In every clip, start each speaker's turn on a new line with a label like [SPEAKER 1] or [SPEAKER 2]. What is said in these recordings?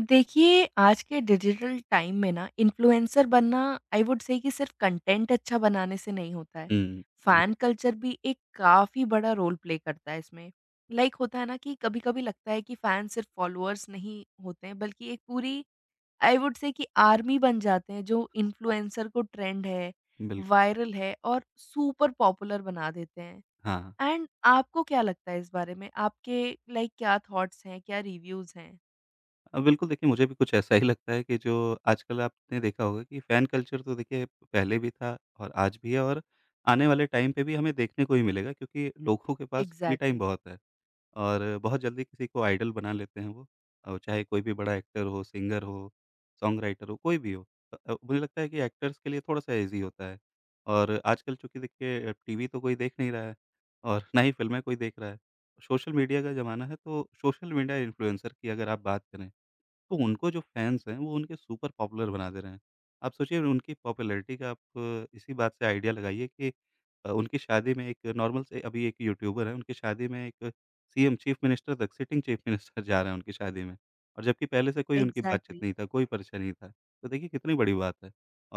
[SPEAKER 1] देखिए, आज के डिजिटल टाइम में ना इन्फ्लुएंसर बनना आई वुड से कि सिर्फ़ कंटेंट अच्छा बनाने से नहीं होता है।
[SPEAKER 2] हुँ। एग्री।
[SPEAKER 1] फ़ैन कल्चर भी एक काफ़ी बड़ा रोल प्ले करता है इसमें। लाइक होता है ना कि कभी-कभी लगता है कि फ़ैन सिर्फ़ फ़ॉलोअर्स नहीं होते हैं बल्कि एक पूरी आई वुड से कि आर्मी बन जाते हैं जो इन्फ्लुएंसर को ट्रेंड है,
[SPEAKER 2] बिल्कुल,
[SPEAKER 1] वायरल है और सुपर पॉपुलर बना देते हैं।
[SPEAKER 2] हाँ।
[SPEAKER 1] एंड आपको क्या लगता है इस बारे में? आपके लाइक क्या थॉट्स हैं? क्या रिव्यूज़ हैं?
[SPEAKER 2] बिल्कुल, देखिए, मुझे भी कुछ ऐसा ही लगता है कि जो आजकल आपने देखा होगा कि फ़ैन कल्चर तो देखिए पहले भी था और आज भी है और आने वाले टाइम पे भी हमें देखने को ही मिलेगा, क्योंकि लोगों के पास फ्री टाइम
[SPEAKER 1] एग्ज़ैक्टली।
[SPEAKER 2] बहुत है। और बहुत जल्दी किसी को आइडल बना लेते हैं वो, और चाहे कोई भी बड़ा एक्टर हो, सिंगर हो, सॉन्ग राइटर हो, कोई भी हो। मुझे लगता है कि एक्टर्स के लिए थोड़ा-सा ईज़ी होता है, और आजकल चूँकि देखिए टीवी तो कोई देख नहीं रहा है, और ना ही फ़िल्में कोई देख रहा है। सोशल मीडिया का ज़माना है, तो सोशल मीडिया इन्फ्लुएंसर की अगर आप बात करें तो उनको जो फैन्स हैं, वो उनके सुपर पॉपुलर बना दे रहे हैं। आप सोचिए, उनकी पॉपुलैरिटी का आप इसी बात से आइडिया लगाइए कि उनकी शादी में, एक नॉर्मल से अभी एक यूट्यूबर है, उनकी शादी में एक सीएम, चीफ़ मिनिस्टर तक, सिटिंग चीफ़ मिनिस्टर जा रहे हैं उनकी शादी में, और जबकि पहले से कोई उनकी बातचीत
[SPEAKER 1] एग्ज़ैक्टली,
[SPEAKER 2] नहीं था, कोई परिचय नहीं था। तो देखिए कितनी बड़ी बात है,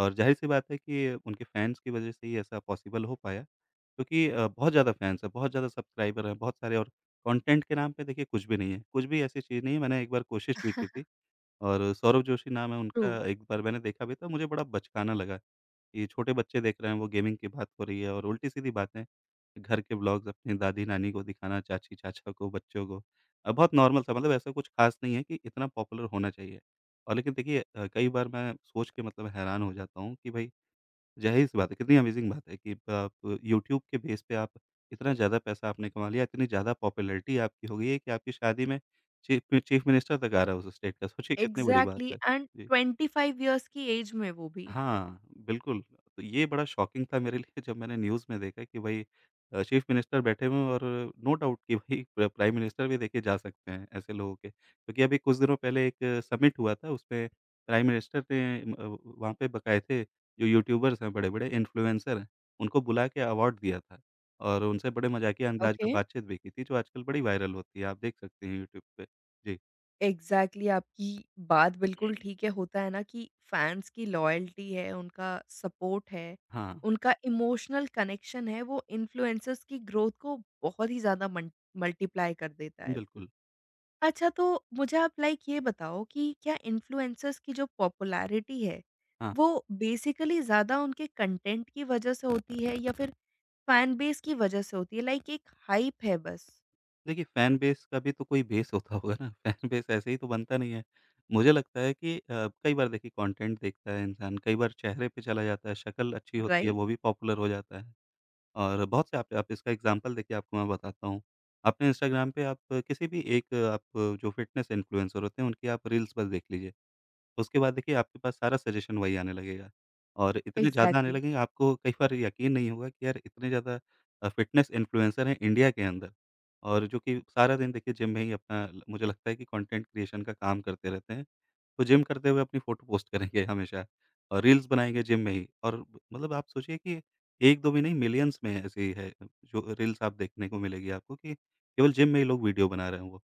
[SPEAKER 2] और ज़ाहिर-सी बात है कि उनके फैन्स की वजह से ही ऐसा पॉसिबल हो पाया, क्योंकि बहुत ज़्यादा फैन्स हैं, बहुत ज़्यादा सब्सक्राइबर हैं, बहुत सारे, और कंटेंट के नाम पे देखिए कुछ भी नहीं है, कुछ भी ऐसी चीज़ नहीं है। मैंने एक बार कोशिश भी की थी, और सौरभ जोशी नाम है
[SPEAKER 1] ट्रू।
[SPEAKER 2] उनका, एक बार मैंने देखा भी था, मुझे बड़ा बचकाना लगा। ये छोटे बच्चे देख रहे हैं, वो गेमिंग की बात हो रही है और उल्टी-सीधी बातें, घर के व्लॉग्स, अपनी दादी-नानी को दिखाना, चाची-चाचा को, बच्चों को। बहुत नॉर्मल सा, मतलब ऐसा कुछ ख़ास नहीं है कि इतना पॉपुलर होना चाहिए। और लेकिन देखिए, कई बार मैं सोच के मतलब हैरान हो जाता हूँ कि भई ज़ाहिर-सी बात है, कितनी अमेज़िंग बात है कि आप यूट्यूब के बेस पे आप इतना ज़्यादा पैसा आपने कमा लिया, इतनी ज़्यादा पॉपुलैरिटी आपकी हो गई है कि आपकी शादी में चीफ़ चीफ़ मिनिस्टर तक आ रहा है उस स्टेट का, सोचिए कितनी बड़ी बात
[SPEAKER 1] एग्ज़ैक्टली
[SPEAKER 2] है।
[SPEAKER 1] एंड
[SPEAKER 2] जी।
[SPEAKER 1] 25 इयर्स की एज में वो भी।
[SPEAKER 2] हाँ, बिल्कुल। तो ये बड़ा शॉकिंग था मेरे लिए, जब मैंने न्यूज़ में देखा कि भई चीफ़ मिनिस्टर बैठे हुए हैं, और नो डाउट कि भई प्राइम मिनिस्टर भी देखिए जा सकते हैं ऐसे लोगों के। क्योंकि अभी कुछ दिनों पहले एक समिट हुआ था, उसमें प्राइम मिनिस्टर ने वहाँ पे बकायदे जो यूट्यूबर्स हैं, बड़े-बड़े इन्फ्लुएंसर हैं, उनको बुला के अवार्ड दिया था। और उनसे बड़े मज़ाकिया अंदाज़ में
[SPEAKER 1] ओके,
[SPEAKER 2] बातचीत भी की थी, जो आजकल बड़ी वायरल होती है, आप देख सकते हैं यूट्यूब पे। जी।
[SPEAKER 1] एग्ज़ैक्टली आपकी बात बिल्कुल ठीक है, होता है ना कि फैन्स की लॉयल्टी है, उनका सपोर्ट है,
[SPEAKER 2] हाँ,
[SPEAKER 1] उनका इमोशनल कनेक्शन है, वो इन्फ्लुएंसर्स की ग्रोथ को बहुत ही ज़्यादा मन मल्टीप्लाई कर देता है।
[SPEAKER 2] बिल्कुल।
[SPEAKER 1] अच्छा तो मुझे आप लाइक ये बताओ कि क्या इन्फ्लुएंसर्स की जो पॉपुलैरिटी है,
[SPEAKER 2] हाँ।
[SPEAKER 1] वो बेसिकली ज़्यादा उनके कंटेंट की वज़ह से होती है या फिर फैन बेस की वजह से होती है लाइक एक हाइप है बस।
[SPEAKER 2] देखिए, फ़ैन बेस का भी तो कोई बेस होता होगा ना, फ़ैन बेस ऐसे ही तो बनता नहीं है। मुझे लगता है कि कई बार देखिए कंटेंट देखता है इंसान, कई बार चेहरे पे चला जाता है, शक्ल अच्छी होती है, वो
[SPEAKER 1] राइट।
[SPEAKER 2] भी पॉपुलर हो जाता है। और बहुत से आप इसका एग्ज़ाम्पल देखिए, आपको मैं बताता हूँ। आपने इंस्टाग्राम पे आप किसी भी एक आप, जो फ़िटनेस इन्फ्लुएंसर होते हैं, उनकी आप रील्स बस देख लीजिए। उसके बाद देखिए आपके पास सारा सजेशन वही आने लगेगा, और इतने ज़्यादा आने
[SPEAKER 1] एग्ज़ैक्टली,
[SPEAKER 2] लगेंगे आपको, कई बार यकीन नहीं होगा कि यार इतने ज़्यादा फ़िटनेस इन्फ्लुएंसर हैं इंडिया के अंदर, और जो कि सारा दिन देखिए जिम में ही अपना ल मुझे लगता है कि कंटेंट क्रिएशन का काम करते रहते हैं। तो जिम करते हुए अपनी फ़ोटो पोस्ट करेंगे हमेशा, और रील्स बनाएँगे जिम में ही, और ब मतलब आप सोचिए कि 1-2 भी नहीं, मिलियंस में ऐसी है जो रील्स आप देखने को मिलेगी आपको कि केवल जिम में ही लोग वीडियो बना रहे हैं वो।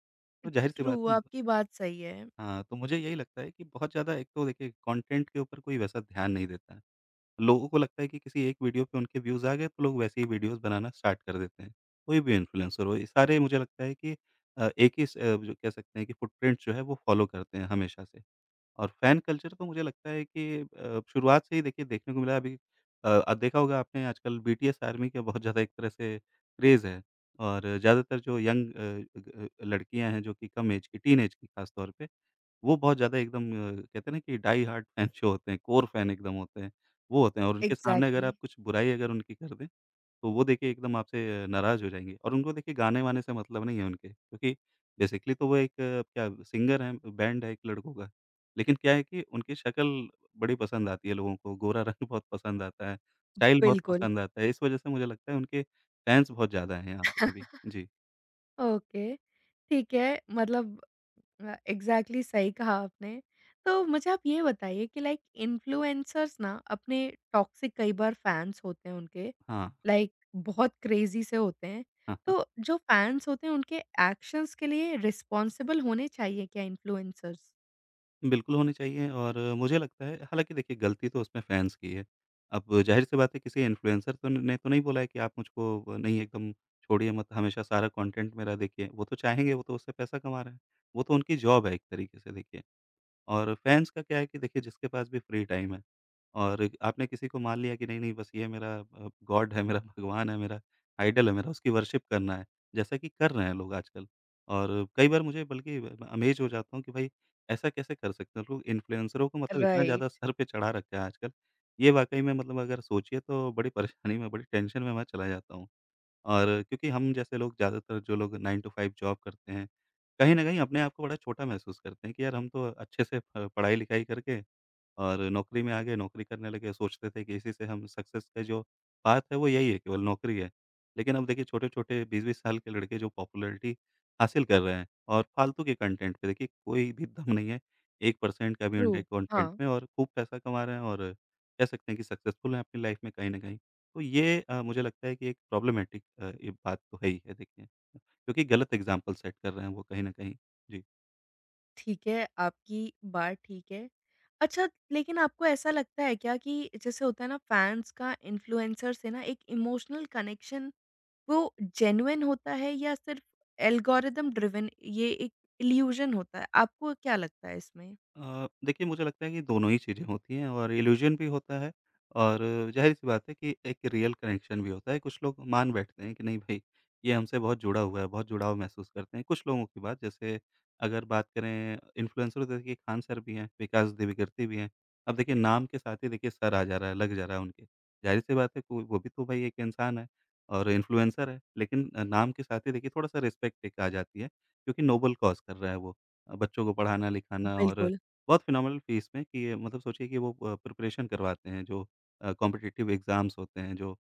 [SPEAKER 2] तो ज़ाहिर-सी
[SPEAKER 1] ट्रू
[SPEAKER 2] बात है।
[SPEAKER 1] आपकी बात सही है।
[SPEAKER 2] हाँ, तो मुझे यही लगता है कि बहुत ज़्यादा, एक तो देखिए कंटेंट के ऊपर कोई वैसा ध्यान नहीं देता है। लोगों को लगता है कि किसी एक वीडियो पे उनके व्यूज़ आ गए, तो लोग वैसे ही वीडियोज़ बनाना स्टार्ट कर देते हैं। कोई भी इन्फ्लुएंसर हो, ये सारे मुझे लगता है कि एक ही जो कह सकते हैं कि फुटप्रिंट जो है वो फ़ॉलो करते हैं हमेशा से। और फ़ैन कल्चर तो मुझे लगता है कि शुरुआत से ही देखिए देखने को मिला। अभी देखा होगा आपने आजकल बीटीएस आर्मी का बहुत ज़्यादा एक तरह से क्रेज़ है, और ज़्यादातर जो यंग अ, ग लड़कियाँ हैं, जो कि कम ऐज की, टीन ऐज की ख़ास तौर पे, वो बहुत ज़्यादा एकदम, कहते हैं ना कि डाई हार्ड फैन जो होते हैं, कोर फैन एकदम होते हैं, वो होते हैं, और उनके सामने अगर
[SPEAKER 1] एग्ज़ैक्टली,
[SPEAKER 2] आप कुछ बुराई अगर उनकी कर दें, तो वो देखिए एकदम आपसे नाराज़ हो जाएँगे, और उनको देखिए गाने-वाने से मतलब नहीं है उनके, क्योंकि बेसिकली तो वो एक क्या सिंगर हैं, बैंड है एक लड़कों का। लेकिन क्या है कि उनकी शक्ल बड़ी पसंद आती है लोगों को, गोरा रंग बहुत पसंद आता है, स्टाइल बहुत
[SPEAKER 1] बिल्कुल।
[SPEAKER 2] पसंद आता है, इस वजह से मुझे लगता है उनके फैन्स बहुत ज़्यादा हैं यहाँ पे अभी। जी,
[SPEAKER 1] ओके, ठीक है मतलब एग्ज़ैक्टली सही कहा आपने। तो मुझे आप ये बताइए कि लाइक इन्फ्लुएंसर्स ना अपने टॉक्सिक कई बार फैन्स होते हैं उनके,
[SPEAKER 2] हाँ।
[SPEAKER 1] लाइक बहुत क्रेज़ी से होते हैं। तो जो फैन्स होते हैं उनके एक्शंस के लिए रिस्पॉन्सिबल होने चाहिए क्या इन्फ्लुएंसर्स?
[SPEAKER 2] बिल्कुल होनी चाहिए, और मुझे लगता है, हालाँकि देखिए गलती तो उसमें फैन्स की है। अब ज़ाहिर-सी बात है किसी इन्फ्लुएंसर तो ने तो नहीं बोला है कि आप मुझको नहीं एकदम छोड़िए मत, हमेशा सारा कंटेंट मेरा देखिए। वो तो चाहेंगे, वो तो उससे पैसा कमा रहे हैं। वो तो उनकी जॉब है एक तरीके से देखिए। और फैन्स का क्या है कि देखिए जिसके पास भी फ्री टाइम है, और आपने किसी को मान लिया कि नहीं नहीं, बस ये मेरा गॉड है मेरा, भगवान है मेरा, आइडल है मेरा, उसकी वर्शिप करना है, जैसा कि कर रहे हैं लोग आजकल। और कई बार मुझे बल्कि अमेज हो जाता हूँ कि भाई ऐसा कैसे कर सकते हैं लोग, इन्फ्लुएंसरों को मतलब इतना ज़्यादा
[SPEAKER 1] राइट।
[SPEAKER 2] सर पे चढ़ा रखा है आजकल। ये वाकई में, मतलब अगर सोचिए तो बड़ी परेशानी में, बड़ी टेंशन में मैं चला जाता हूँ, और क्योंकि हम जैसे लोग, ज़्यादातर जो लोग 9 टू 5 जॉब करते हैं, कहीं न कहीं अपने आप को बड़ा छोटा महसूस करते हैं कि यार हम तो अच्छे से प पढ़ाई-लिखाई करके और नौकरी में आ गए, नौकरी करने लगे, सोचते थे कि इसी से हम सक्सेस का जो पाथ है वो यही है, केवल नौकरी है। लेकिन अब देखिए छोटे-छोटे 20-20 साल के लड़के जो पॉपुलैरिटी हासिल कर रहे हैं, और फालतू के कंटेंट पे देखिए कोई भी दम नहीं है, 1% का भी
[SPEAKER 1] ट्रू,
[SPEAKER 2] उनके
[SPEAKER 1] हाँ।
[SPEAKER 2] कंटेंट में, और खूब पैसा कमा रहे हैं, और कह सकते हैं कि सक्सेसफुल हैं अपनी लाइफ में कहीं न कहीं। तो ये मुझे लगता है कि एक प्रॉब्लमैटिक, ये बात तो है ही है देखिए, क्योंकि गलत एग्ज़ाम्पल सेट कर रहे हैं वो कहीं न कहीं। जी।
[SPEAKER 1] ठीक है, आपकी बात ठीक है। अच्छा, लेकिन आपको ऐसा लगता है क्या कि जैसे होता है ना फैन्स का इन्फ्लुएंसर से ना एक इमोशनल कनेक्शन वो जेन्युइन होता है या सिर्फ़ एल्गोरिदम ड्रिवन ये एक इल्यूज़न होता है? आपको क्या लगता है इसमें?
[SPEAKER 2] देखिए, मुझे लगता है कि दोनों ही चीज़ें होती हैं, और इल्यूज़न भी होता है, और ज़ाहिर-सी बात है कि एक रियल कनेक्शन भी होता है। कुछ लोग मान बैठते हैं कि नहीं भई, ये हमसे बहुत जुड़ा हुआ है, बहुत जुड़ाव महसूस करते हैं। कुछ लोगों की बात, जैसे अगर बात करें इन्फ्लुएंसर तो देखिए खान सर भी हैं, विकास देवीकृति भी हैं। अब देखिए नाम के साथ ही देखिए सर आ जा रहा है, लग जा रहा है उनके। ज़ाहिर-सी बात है, कोई, वो भी तो भई एक इंसान है, और इन्फ्लुएंसर है। लेकिन नाम के साथ ही देखिए थोड़ा-सा रिस्पेक्ट एक आ जाती है, क्योंकि नोबल कॉज़ कर रहा है वो। बच्चों को पढ़ाना-लिखाना, और
[SPEAKER 1] बिल्कुल।
[SPEAKER 2] बहुत फ़िनोमिनल फ़ीस में, कि ये मतलब सोचिए कि वो प्रिपरेशन करवाते हैं, जो कॉम्पिटिटिव एग्ज़ाम्स होते हैं, जो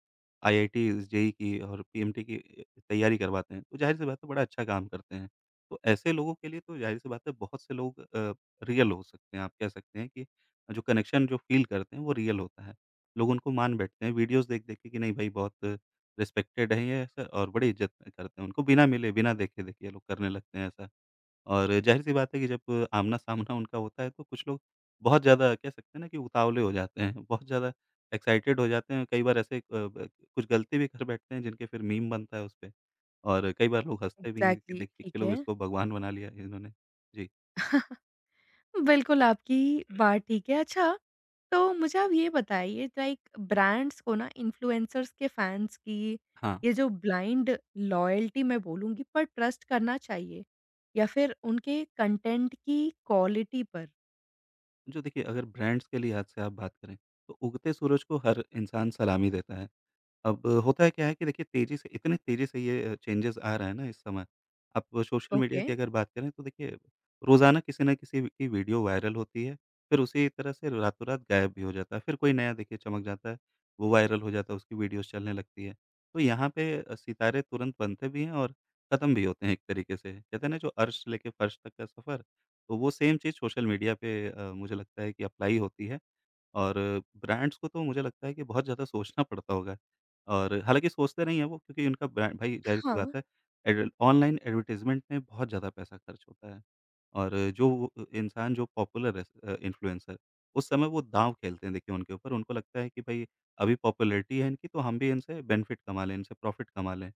[SPEAKER 2] आईआईटी, जेईई की और पीएमटी की तैयारी करवाते हैं, तो ज़ाहिर-सी बात है बड़ा अच्छा काम करते हैं। तो ऐसे लोगों के लिए तो ज़ाहिर-सी बात है, बहुत से लोग रियल हो सकते हैं, आप कह सकते हैं कि जो कनेक्शन जो फ़ील करते हैं वो रियल होता है। लोग उनको मान बैठते हैं, वीडियोज़ देख-देख के कि नहीं भाई बहुत रिस्पेक्टेड है ये सर, और बड़ी इज़्ज़त करते हैं उनको, बिना मिले, बिना देखे देखिए ये लोग करने लगते हैं ऐसा। और ज़ाहिर-सी बात है कि जब आमना-सामना उनका होता है, तो कुछ लोग बहुत ज़्यादा, कह सकते हैं ना कि उतावले हो जाते हैं, बहुत ज़्यादा एक्साइटेड हो जाते हैं, कई बार ऐसे अ, ब कुछ गलती भी कर बैठते हैं, जिनके फिर मीम बनता है उसपे, और कई बार लोग हँसते भी हैं कि
[SPEAKER 1] एग्ज़ैक्टली,
[SPEAKER 2] देखिए कि
[SPEAKER 1] ठीक
[SPEAKER 2] लोग
[SPEAKER 1] है।
[SPEAKER 2] इसको भगवान बना लिया इन्होंने। जी।
[SPEAKER 1] बिल्कुल, आपकी बात ठीक है। अच्छा, तो मुझे आप ये बताइए लाइक ब्रांड्स को ना इन्फ्लुएंसर्स के फैन्स की
[SPEAKER 2] हाँ,
[SPEAKER 1] ये जो ब्लाइंड लॉयल्टी मैं बोलूँगी पर ट्रस्ट करना चाहिए या फिर उनके कंटेंट की क्वालिटी पर?
[SPEAKER 2] जो देखिए अगर ब्रांड्स के लिहाज़ से आप बात करें, तो उगते सूरज को हर इंसान सलामी देता है। अब होता है क्या है कि देखिए तेज़ी से, इतनी तेज़ी से ये चेंजेज़ आ रहा है ना इस समय। आप सोशल मीडिया
[SPEAKER 1] ओके।
[SPEAKER 2] की अगर बात करें तो देखिए रोज़ाना किसी न किसी की वीडियो वायरल होती है, फिर उसी तरह से रातों-रात गायब भी हो जाता है। फिर कोई नया देखिए चमक जाता है, वो वायरल हो जाता है, उसकी वीडियोज़ चलने लगती है। तो यहाँ पे सितारे तुरंत बनते भी हैं और ख़त्म भी होते हैं एक तरीके से। कहते हैं ना जो अर्श से लेके फ़र्श तक का सफ़र, तो वो सेम चीज़ सोशल मीडिया पे मुझे लगता है कि अप्लाई होती है और ब्रांड्स को तो मुझे लगता है कि बहुत ज़्यादा सोचना पड़ता होगा और हालाँकि सोचते नहीं हैं वो क्योंकि उनका ब्रांड भाई ज़ाहिर-सी
[SPEAKER 1] हाँ,
[SPEAKER 2] बात है एड ऑनलाइन एडवर्टाइज़मेंट में बहुत ज़्यादा पैसा खर्च होता है और जो वो इंसान जो पॉपुलर है, इन्फ्लुएंसर उस समय वो दाँव खेलते हैं देखिए उनके ऊपर। उनको लगता है कि भई अभी पॉपुलैरिटी है इनकी तो हम भी इनसे बेनिफिट कमा लें, इनसे प्रॉफ़िट कमा लें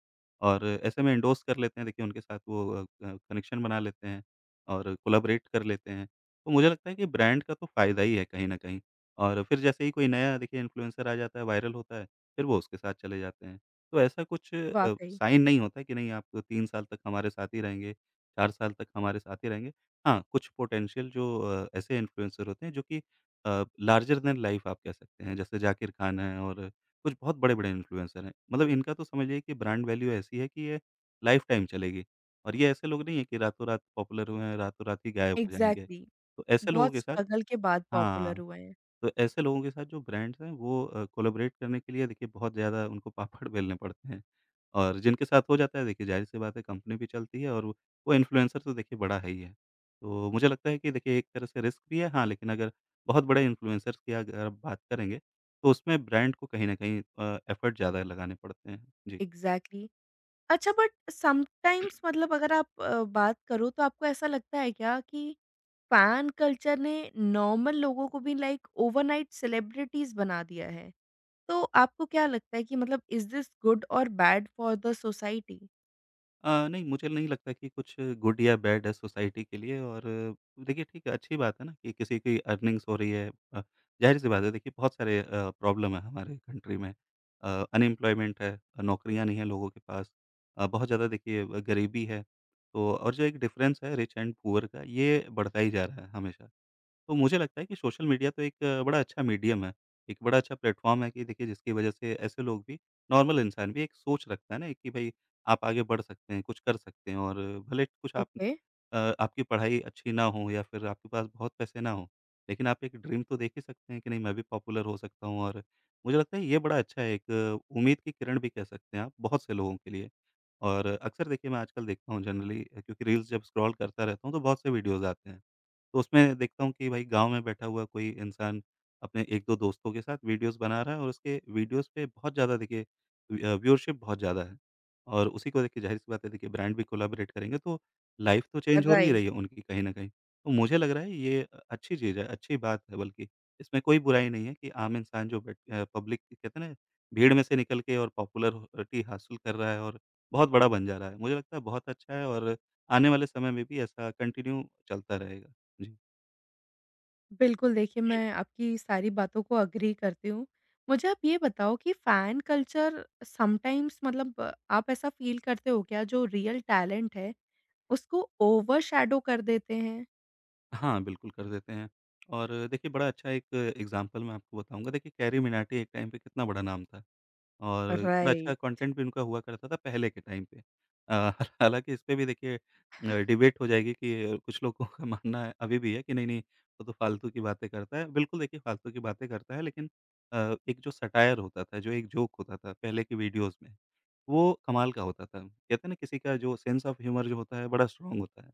[SPEAKER 2] और ऐसे में एंडोर्स कर लेते हैं देखिए उनके साथ वो कनेक्शन बना लेते हैं और कोलैबोरेट कर लेते हैं। तो मुझे लगता है कि ब्रांड का तो फ़ायदा ही है कहीं न कहीं। और फिर जैसे ही कोई नया देखिए इन्फ्लुएंसर आ जाता है, वायरल होता है, फिर वो उसके साथ चले जाते हैं। तो ऐसा कुछ
[SPEAKER 1] वाक़ई।
[SPEAKER 2] साइन नहीं होता कि नहीं आप 3 साल तक हमारे साथ ही रहेंगे, 4 साल तक हमारे साथ ही रहेंगे। हाँ, कुछ पोटेंशियल जो ऐसे इन्फ्लुएंसर होते हैं जो कि लार्जर दैन लाइफ आप कह सकते हैं, जैसे जाकिर खान हैं और कुछ बहुत बड़े-बड़े इन्फ्लुएंसर हैं। मतलब इनका तो समझिए कि ब्रांड वैल्यू ऐसी है कि ये लाइफ़टाइम चलेगी और ये ऐसे लोग नहीं हैं कि रातों-रात पॉपुलर हुए हैं, रातों-रात ही गायब हो जाएँगे।
[SPEAKER 1] एग्ज़ैक्टली,
[SPEAKER 2] तो ऐसे लोगों
[SPEAKER 1] बहुत
[SPEAKER 2] के साथ
[SPEAKER 1] स्ट्रगल के बाद पॉपुलर
[SPEAKER 2] हाँ।
[SPEAKER 1] हुए हैं।
[SPEAKER 2] तो ऐसे लोगों के साथ जो ब्रांड्स हैं वो कोलैबोरेट करने के लिए देखिए बहुत ज़्यादा उनको पापड़ बेलने पड़ते हैं और जिनके साथ हो जाता है देखिए ज़ाहिर-सी बात है कंपनी भी चलती है और वो इन्फ्लुएंसर तो देखिए बड़ा है ही है। तो मुझे लगता है कि देखिए एक तरह से रिस्क भी है, हाँ, लेकिन अगर बहुत बड़े इन्फ्लुएंसर्स की अगर आप बात करेंगे तो उसमें ब्रांड को कहीं न कहीं एफर्ट ज़्यादा लगाने पड़ते हैं। जी।
[SPEAKER 1] एग्ज़ैक्टली। अच्छा बट समटाइम्स मतलब अगर आप बात करो तो आपको ऐसा लगता है क्या कि फैन कल्चर ने नॉर्मल लोगों को भी लाइक ओवरनाइट सेलिब्रिटीज बना दिया है। तो आपको क्या लगता है कि मतलब इज़ दिस गुड और बैड फॉर द सोसाइटी?
[SPEAKER 2] नहीं मुझे नहीं लगता कि कुछ गुड या बैड है सोसाइटी के लिए और देखिए ठीक है, अच्छी बात है ना कि किसी की अर्निंग्स हो रही है। अ, ज़ाहिर-सी बात है देखिए बहुत सारे प्रॉब्लम है हमारे कंट्री में। अनएम्प्लॉयमेंट है, नौकरियाँ नहीं हैं लोगों के पास। बहुत ज़्यादा देखिए गरीबी है, तो और जो एक डिफ़रेंस है रिच एंड पुअर का ये बढ़ता ही जा रहा है हमेशा। तो मुझे लगता है कि सोशल मीडिया तो एक बड़ा अच्छा मीडियम है, एक बड़ा अच्छा प्लेटफ़ॉर्म है कि देखिए जिसकी वजह से ऐसे लोग भी, नॉर्मल इंसान भी एक सोच रखता है ना कि भई आप आगे बढ़ सकते हैं, कुछ कर सकते हैं और भले कुछ आप
[SPEAKER 1] ओके,
[SPEAKER 2] आपकी पढ़ाई अच्छी ना हो या फिर आपके पास बहुत पैसे ना हो, लेकिन आप एक ड्रीम तो देख ही सकते हैं कि नहीं, मैं भी पॉपुलर हो सकता हूँ। और मुझे लगता है ये बड़ा अच्छा है, एक उम्मीद की किरण भी कह सकते हैं आप बहुत से लोगों के लिए। और अक्सर देखिए मैं आजकल देखता हूँ जनरली क्योंकि रील्स जब स्क्रॉल करता रहता हूँ तो बहुत से वीडियोज़ आते हैं। तो उसमें देखता हूँ कि भाई गाँव में बैठा हुआ कोई इंसान अपने 1-2 दोस्तों के साथ वीडियोज़ बना रहा है और उसके वीडियोज़ पे बहुत ज़्यादा देखिए व्यूअरशिप बहुत ज़्यादा है और उसी को देख के ज़ाहिर-सी बात है देखिए ब्रांड भी कोलैबोरेट करेंगे, तो लाइफ़ तो चेंज हो ही
[SPEAKER 1] राइट।
[SPEAKER 2] रही है उनकी कहीं न कहीं। तो मुझे लग रहा है ये अच्छी चीज़ है, अच्छी बात है बल्कि। इसमें कोई बुराई नहीं है कि आम इंसान जो पब्लिक कहते हैं ना, भीड़ में से निकल के और पॉपुलरिटी हासिल कर रहा है और बहुत बड़ा बन जा रहा है। मुझे लगता है बहुत अच्छा है और आने वाले समय में भी ऐसा कंटिन्यू चलता रहेगा। जी।
[SPEAKER 1] बिल्कुल, देखिए मैं आपकी सारी बातों को एग्री करती हूँ। मुझे आप ये बताओ कि फैन कल्चर समटाइम्स मतलब आप ऐसा फ़ील करते हो क्या जो रियल टैलेंट है, उसको ओवरशैडो कर देते हैं?
[SPEAKER 2] हाँ, बिल्कुल कर देते हैं और देखिए बड़ा अच्छा एक एग्ज़ाम्पल मैं आपको बताऊँगा। देखिए कैरी मिनाटी एक टाइम पे कितना बड़ा नाम था और बड़ा अच्छा
[SPEAKER 1] राइट,
[SPEAKER 2] कंटेंट भी उनका हुआ करता था पहले के टाइम पे। अ, हालाँकि इस पे भी देखिए डिबेट हो जाएगी कि कुछ लोगों का मानना है अभी भी है कि नहीं-नहीं, वो तो फालतू की बातें करता है। बिल्कुल देखिए फालतू की बातें करता है, लेकिन एक जो सटायर होता था, जो एक जोक होता था पहले की वीडियोज़ में, वो कमाल का होता था। कहते हैं ना किसी का जो सेंस ऑफ ह्यूमर जो होता है बड़ा स्ट्रॉन्ग होता है।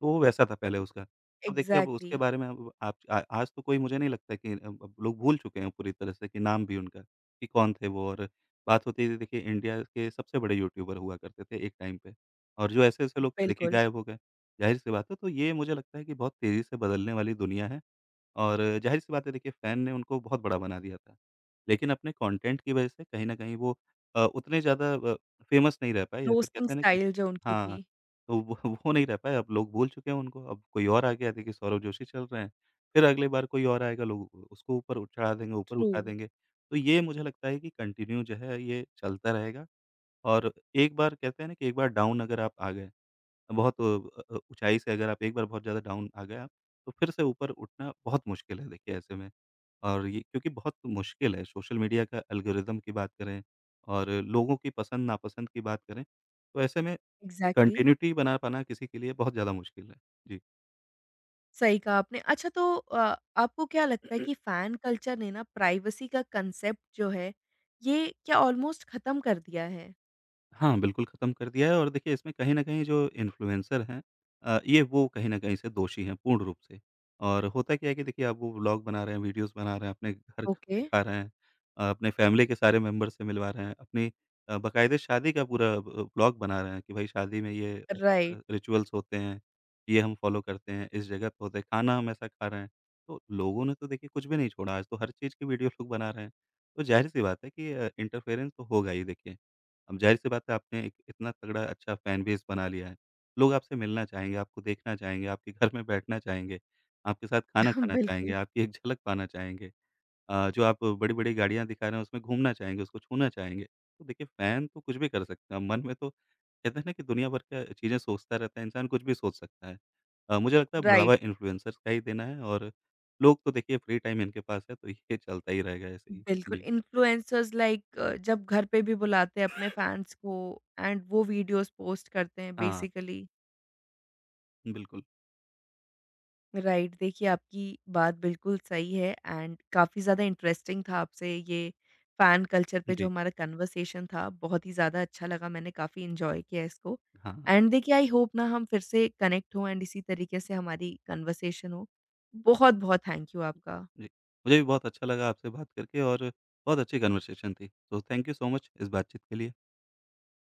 [SPEAKER 2] तो वो वैसा था पहले उसका। अब देखिए अब उसके
[SPEAKER 1] एग्ज़ैक्टली,
[SPEAKER 2] बारे में अब आप आ आज तो कोई मुझे नहीं लगता कि अब लोग भूल चुके हैं पूरी तरह से कि नाम भी उनका, कि कौन थे वो और बात होती थी देखिए इंडिया के सबसे बड़े यूट्यूबर हुआ करते थे एक टाइम पे और जो ऐसे-ऐसे लोग थे देखिए
[SPEAKER 1] बिल्कुल,
[SPEAKER 2] गायब हो गए। ज़ाहिर-सी बात है, तो ये मुझे लगता है कि बहुत तेज़ी से बदलने वाली दुनिया है। और ज़ाहिर-सी बात है देखिए फ़ैन ने उनको बहुत बड़ा बना दिया था। लेकिन अपने कंटेंट की वज़ह से कहीं न कहीं वो उतने ज़्यादा फ़ेमस नहीं रह पाए या फिर
[SPEAKER 1] रोस्टिंग
[SPEAKER 2] कहते हैं ना कि
[SPEAKER 1] स्टाइल जो उनकी
[SPEAKER 2] हाँ,
[SPEAKER 1] थी।
[SPEAKER 2] तो वो वो नहीं रह पाए, अब लोग भूल चुके हैं उनको, अब कोई और आ गया, देखिए सौरभ जोशी चल रहे हैं, फिर अगली बार कोई और आएगा, लोग उसको ऊपर उ चढ़ा देंगे, ऊपर
[SPEAKER 1] ट्रू।
[SPEAKER 2] उठा देंगे। तो ये मुझे लगता है कि कंटिन्यू जो है ये चलता रहेगा और एक बार कहते हैं ना कि एक बार डाउन अगर आप आ गए, बहुत अ ऊँचाई से अगर आप एक बार बहुत ज़्यादा डाउन आ गए आप, तो फिर से ऊपर उठना बहुत मुश्किल है देखिए ऐसे में। और ये क्योंकि बहुत मुश्किल है, सोशल मीडिया का एल्गोरिदम की बात करें और लोगों की पसंद नापसंद की बात करें, तो ऐसे में
[SPEAKER 1] एग्ज़ैक्टली,
[SPEAKER 2] कंटिन्यूटी बना पाना किसी के लिए बहुत ज़्यादा मुश्किल है। जी।
[SPEAKER 1] सही कहा आपने। अच्छा तो आपको क्या लगता है कि फ़ैन कल्चर ने ना प्राइवेसी का कंसेप्ट जो है, ये क्या ऑलमोस्ट ख़त्म कर दिया है?
[SPEAKER 2] हाँ, बिल्कुल ख़त्म कर दिया है और देखिए इसमें कहीं न कहीं जो इन्फ्लुएंसर हैं, ये वो कहीं न कहीं से दोषी हैं पूर्ण रूप से। और होता क्या है कि देखिए आप वो व्लॉग बना रहे हैं, वीडियोज़ बना रहे हैं, अपने घर का
[SPEAKER 1] ओके।
[SPEAKER 2] दिखा रहे हैं, अपने फैमिली के सारे मेंबर से मिलवा रहे हैं, अपनी बाकायदे शादी का पूरा ब व्लॉग बना रहे हैं कि भाई शादी में
[SPEAKER 1] राइट,
[SPEAKER 2] रिचुअल्स होते हैं, ये हम फ़ॉलो करते हैं, इस जगह पे होते हैं, खाना हम ऐसा खा रहे हैं। तो लोगों ने तो देखिए कुछ भी नहीं छोड़ा, आज तो हर चीज़ की वीडियो लोग बना रहे हैं। तो ज़ाहिर-सी बात है कि इंटरफेरेंस तो होगा ही देखिए। अब ज़ाहिर-सी बात है आपने एक इतना तगड़ा अच्छा फ़ैन बेस बना लिया है। लोग आपसे मिलना चाहेंगे, आपको देखना चाहेंगे, आपके घर में बैठना चाहेंगे, आपके साथ खाना खाना चाहेंगे,
[SPEAKER 1] बिल्कुल,
[SPEAKER 2] आपकी एक झलक पाना चाहेंगे। जो आप बड़ी-बड़ी गाड़ियाँ दिखा रहे हैं उसमें घूमना चाहेंगे, उसको छूना चाहेंगे। तो देखिए फ़ैन तो कुछ भी कर सकता है, मन में तो कहते हैं ना कि दुनिया भर का चीज़ें सोचता रहता है इंसान, कुछ भी सोच सकता है। मुझे लगता है
[SPEAKER 1] राइट,
[SPEAKER 2] बढ़ावा इन्फ्लुएंसर्स का ही देना है और लोग तो देखिए फ्री टाइम इनके पास है तो ये चलता ही रहेगा ऐसे ही।
[SPEAKER 1] बिल्कुल।
[SPEAKER 2] जी।
[SPEAKER 1] इन्फ्लुएंसर्स लाइक जब घर पे भी बुलाते हैं अपने फ़ैन्स को एंड वो वीडियोज़ पोस्ट करते हैं
[SPEAKER 2] हाँ,
[SPEAKER 1] बेसिकली।
[SPEAKER 2] बिल्कुल।
[SPEAKER 1] राइट देखिए आपकी बात बिल्कुल सही है एंड काफ़ी ज़्यादा इंटरेस्टिंग था आपसे ये फ़ैन कल्चर पे जो
[SPEAKER 2] जी,
[SPEAKER 1] हमारा कन्वर्सेशन था बहुत ही ज़्यादा अच्छा लगा मैंने काफ़ी इंजॉय किया इसको
[SPEAKER 2] हाँ।
[SPEAKER 1] एंड देखिए आई होप ना हम फिर से कनेक्ट हों एंड इसी तरीके से हमारी कन्वर्सेशन हो बहुत बहुत थैंक यू आपका
[SPEAKER 2] जी, मुझे भी बहुत अच्छा लगा आपसे बात करके और बहुत अच्छी कन्वर्सेशन थी। तो थैंक यू सो मच इस बातचीत के लिए।